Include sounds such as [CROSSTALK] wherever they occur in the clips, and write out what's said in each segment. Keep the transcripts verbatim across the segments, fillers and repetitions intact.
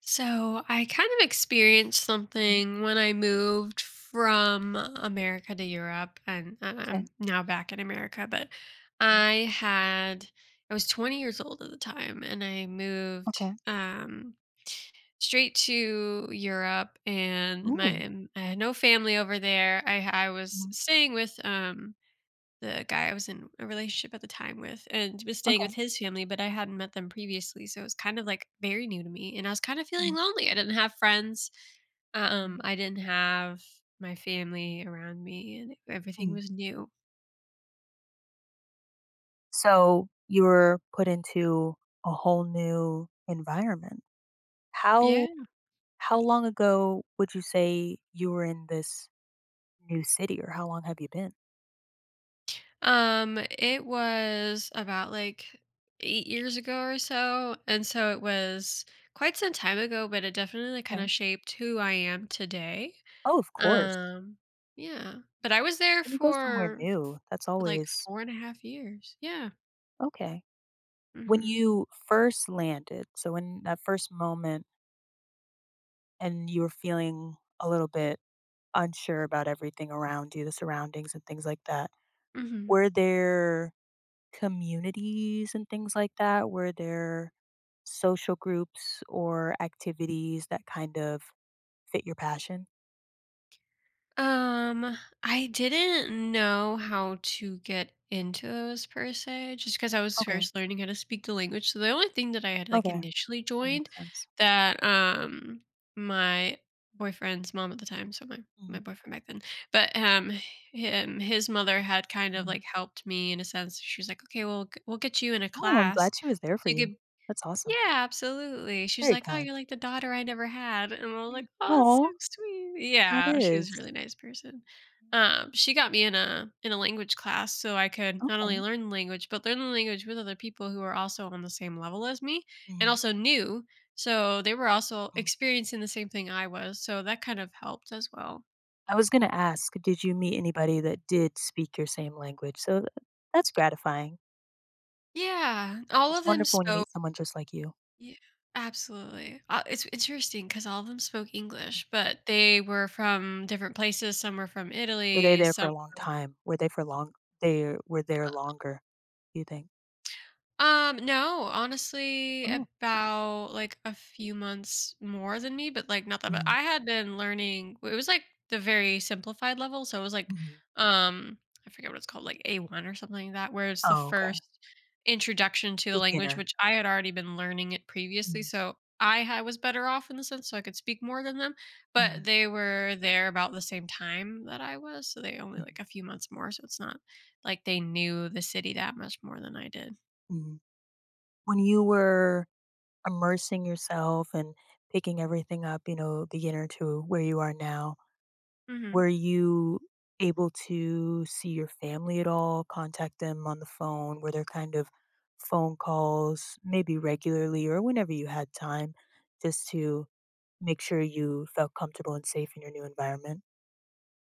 So I kind of experienced Mhm. something when I moved from America to Europe, and I- Okay. I'm now back in America. But Mhm. I had I was twenty years old at the time, and I moved Okay. um, straight to Europe, and Ooh. my um, I had no family over there. I I was Mhm. staying with um, the guy I was in a relationship at the time with and was staying with Okay. his family, but I hadn't met them previously. So it was kind of like very new to me. And I was kind of feeling Mhm. lonely. I didn't have friends. Um, Mhm. I didn't have my family around me and everything Mhm. was new. So you were put into a whole new environment. How Yeah. how long ago would you say you were in this new city, or how long have you been? Um, it was about like eight years ago or so. And so it was quite some time ago, but it definitely kind Yeah. of shaped who I am today. Oh, of course. Um, yeah. But I was there When you go somewhere for new, that's For like always four and a half years. Yeah. okay. When Mhm. you first landed, so in that first moment and you were feeling a little bit unsure about everything around you, the surroundings and things like that, Mhm. were there communities and things like that? Were there social groups or activities that kind of fit your passion? Um, I didn't know how to get into those per se, just because I was Okay, first learning how to speak the language. So the only thing that I had, like, okay, initially that joined makes sense. that, um, my boyfriend's mom at the time, so my my Mhm, boyfriend back then, but, um, him his mother had kind of, mhm. like, helped me in a sense. She was like, "Okay, we'll we'll g we'll get you in a Oh, I'm class glad she was there so for you you. could." That's awesome. Yeah, absolutely. She's Very like, "Oh, kind. you're like the daughter I never had." And I was like, "Oh, that's so Oh, sweet." that Yeah, she is. was a really nice person. Um, she got me in a in a language class so I could not Okay. only learn the language, but learn the language with other people who were also on the same level as me and Mhm, also new. So they were also mm. experiencing the same thing I was. So that kind of helped as well. I was gonna ask, did you meet anybody that did speak your same language? So, th- that's gratifying. Yeah, all It's of them wonderful when you meet spoke someone just like you. Yeah, absolutely. Uh, it's interesting because all of them spoke English, but they were from different places. Some were from Were they Italy. there for a long time? Were they for long They were there longer, do you think? Um, no, honestly, Oh, about like a few months more than me, but like not that bad. mhm, I had been learning. It was like the very simplified level, so it was like, mhm. um, I forget what it's called, like A one or something like that, where it's the Oh, okay. first introduction to the language, Beginner. which I had already been learning it previously. Mhm, So I ha- was better off in the sense, so I could speak more than them. But mhm, they were there about the same time that I was, so they only mhm. like a few months more. So it's not like they knew the city that much more than I did. Mhm. When you were immersing yourself and picking everything up, you know, beginner to where you are now, hmm were you able to see your family at all, contact them on the phone? Were there kind of phone calls, maybe regularly or whenever you had time just to make sure you felt comfortable and safe in your new environment.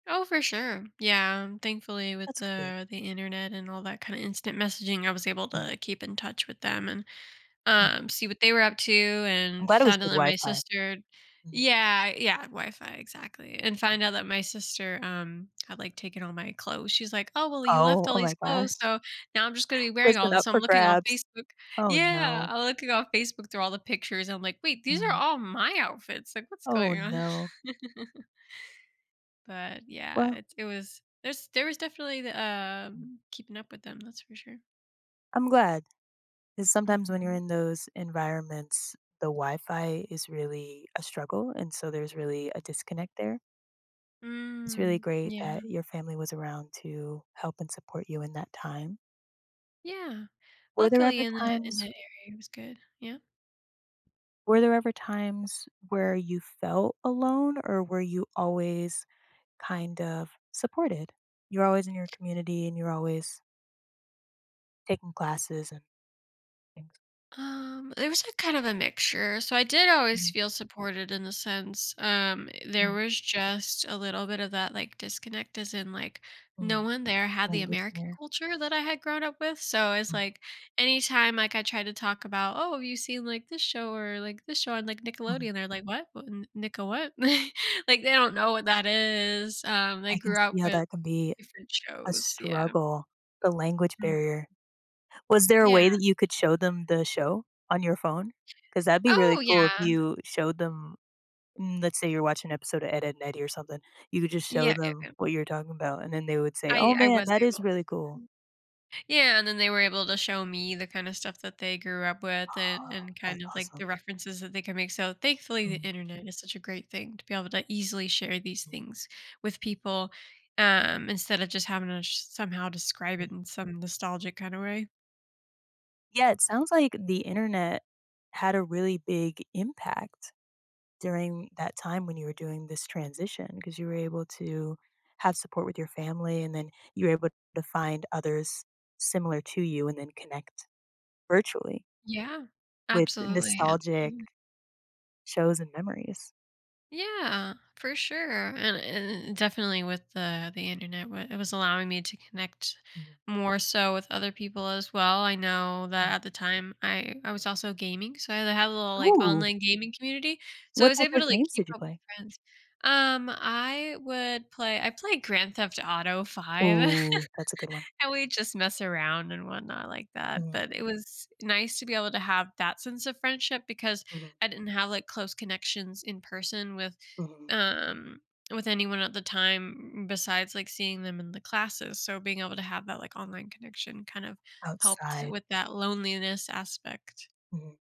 Oh, for sure. Yeah, um, thankfully with That's good. the the internet and all that kind of instant messaging, I was able Mhm, to keep in touch with them and mm. um see what they were up to I'm and glad it was found good out that my Wi-Fi. sister Mhm. yeah, yeah, Wi-Fi exactly. And find out that my sister um had like taken all my clothes. She's like, "Oh, well, you Oh, left all oh my these gosh. clothes, so now I'm just going to be wearing Listen, all this." up So for I'm looking on grabs. Facebook. Oh, Yeah, no. I'm looking on Facebook through all the pictures. And I'm like, "Wait, these are Mhm. all my outfits. Like what's Oh, going on?" no. But yeah, Well, it's it was there's there was definitely the, um, keeping up with them, that's for sure. I'm glad, glad. Because sometimes when you're Mhm. in those environments, the Wi-Fi is really a struggle, and so there's really a disconnect there. It's really Mm, great that yeah. your family was around to help and support you in that time. Yeah. Were there Luckily ever in that in that times area, it was good. Yeah. Were there ever times where you felt alone, or were you always kind of supported? You're always in your community and you're always taking classes and things. Um, there was a kind of a mixture. So I did always Mm, feel Mm. supported in the sense, um, there mm, was just a little bit of that like disconnect as in like no mm. one there had the Language American barrier. culture that I had grown up with. So it's Mm, like anytime like I tried to talk about, oh, have you seen like this show or like this show on like mhm. Nickelodeon? They're like, what? What- N- Nicka what? [LAUGHS] Like they don't know what that is. Um, they I can grew up see how with that can be different a shows. Yeah. struggle, the language Mm. barrier. Was there a way Yeah. that you could show them the show on your phone? Because 'Cause that'd be really Oh cool if yeah. you showed them. Mm, let's say you're watching an episode of Ed, Edd n Eddy or something, you could just show Yeah. yeah, them yeah. what you're talking about, and then they would say, I "Oh, I man, was that is able. really cool." Yeah, and then they were able to show me the kind of stuff that they grew up with, Oh, and, and that's kind of like awesome. the references that they could make. So thankfully the Mm, internet is such a great thing to be able to easily share these mm, things with people um instead of just having to sh- somehow describe mm. it in some nostalgic kind of way. Yeah, it sounds like the internet had a really big impact during that time when you were doing this transition, because you were able to have support with your family, and then you were able to find others similar to you and then connect virtually Yeah. with Absolutely. nostalgic Absolutely. shows and memories. Yeah, for sure. And, and definitely with the the internet, wa- it was allowing me to connect Mhm, more so with other people as well. I know that mm. at the time I I was also gaming, so I had a little like Ooh. online gaming community. So I What was type able to of like games keep did you up play? with friends. Um, I would play I played Grand Theft Auto five. Oh, [LAUGHS] that's a good one. And we just mess around and whatnot like that, Mhm, but it was nice to be able to have that sense of friendship because mhm, I didn't have, like, close connections in person with, mhm. um with anyone at the time besides, like, seeing them in the classes, so being able to have that, like, online connection kind of helped Outside, with that loneliness aspect. mhm.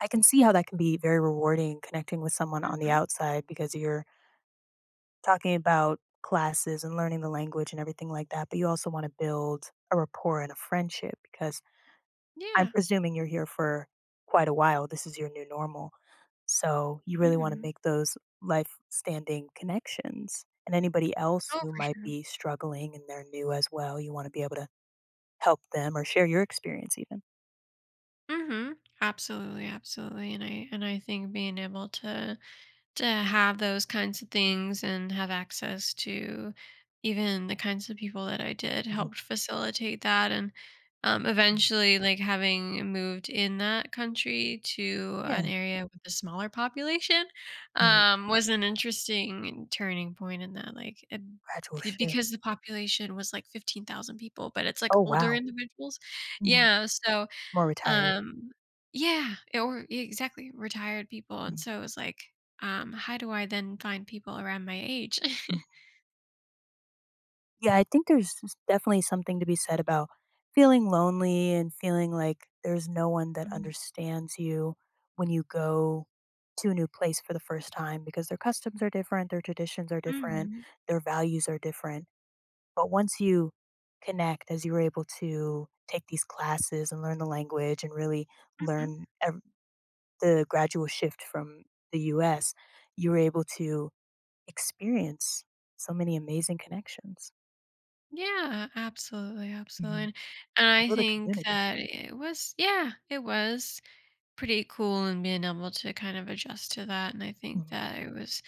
I can see how that can be very rewarding, connecting with someone on the Mhm. outside, because you're talking about classes and learning the language and everything like that, but you also wanna build a rapport and a friendship because I'm Yeah. presuming you're here for quite a while, this is your new normal, so you really wanna Mhm. make those life-standing connections, and anybody else Oh, who for might sure. be struggling and they're new as well, you wanna be able to help them or share your experience even. Mhm. Absolutely, absolutely, and I and I think being able to to have those kinds of things and have access to even the kinds of people that I did Mhm, helped facilitate that and um, mm. eventually like having moved in that country to an Yeah. area with a smaller population Mhm. um, was an interesting turning point in that like it, Gradual th- shift. because the population was like fifteen thousand people but it's like Oh, older wow. individuals Mhm. yeah so More retired. um, yeah, or yeah, exactly, retired people, and Mhm, so it was like, um, how do I then find people around my age? mhm. [LAUGHS] Yeah, I think there's s definitely something to be said about feeling lonely and feeling like there's no one that Mhm, understands you when you go to a new place for the first time, because their customs are different, their traditions are different, mhm, their values are different, but once you connect, as you were able to take these classes and learn the language and really mhm. learn the gradual shift from the U S, you were able to experience so many amazing connections. Yeah, absolutely, absolutely, Mhm. and and And I build a think community. that it was yeah, it was pretty cool and being able to kind of adjust to that, and I think Mhm, that it was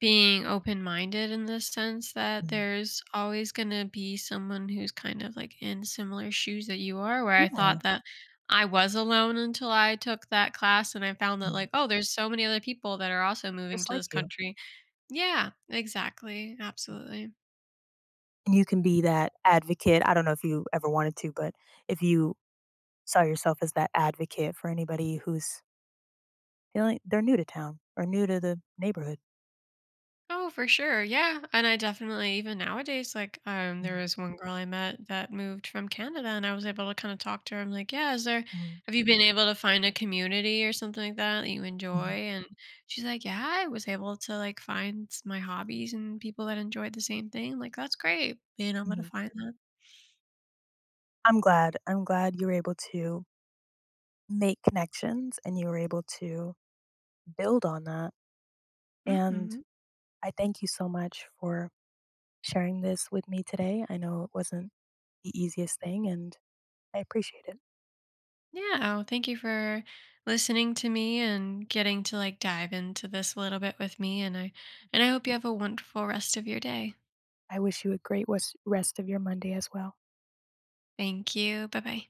being open-minded in the sense that mhm. there's always gonna be someone who's kind of, like, in similar shoes that you are, where I Yeah. thought that I was alone until I took that class and I found that, Mhm. like, "Oh, there's so many other people that are also Just moving to like this you. country." Yeah, exactly, absolutely. And you can be that advocate. I don't know if you ever wanted to, but if you saw yourself as that advocate for anybody who's feeling they're new to town or new to the neighborhood. Oh, for sure. Yeah. And I definitely even nowadays, like um there Mhm, was one girl I met that moved from Canada and I was able to kind of talk to her. I'm like, yeah, is there mhm, have you been able to find a community or something like that that you enjoy? mhm, And she's like, yeah, I was able to like find my hobbies and people that enjoyed the same thing. Like, that's great being able to mhm. find that. I'm glad. I'm glad you were able to make connections and you were able to build on that. And Mm-hmm. I thank you so much for sharing this with me today. I know it wasn't the easiest thing, and I appreciate it. Yeah. Well, thank you for listening to me and getting to like dive into this a little bit with me. And I and I hope you have a wonderful rest of your day. I wish you a great wes- rest of your Monday as well. Thank you. Bye bye.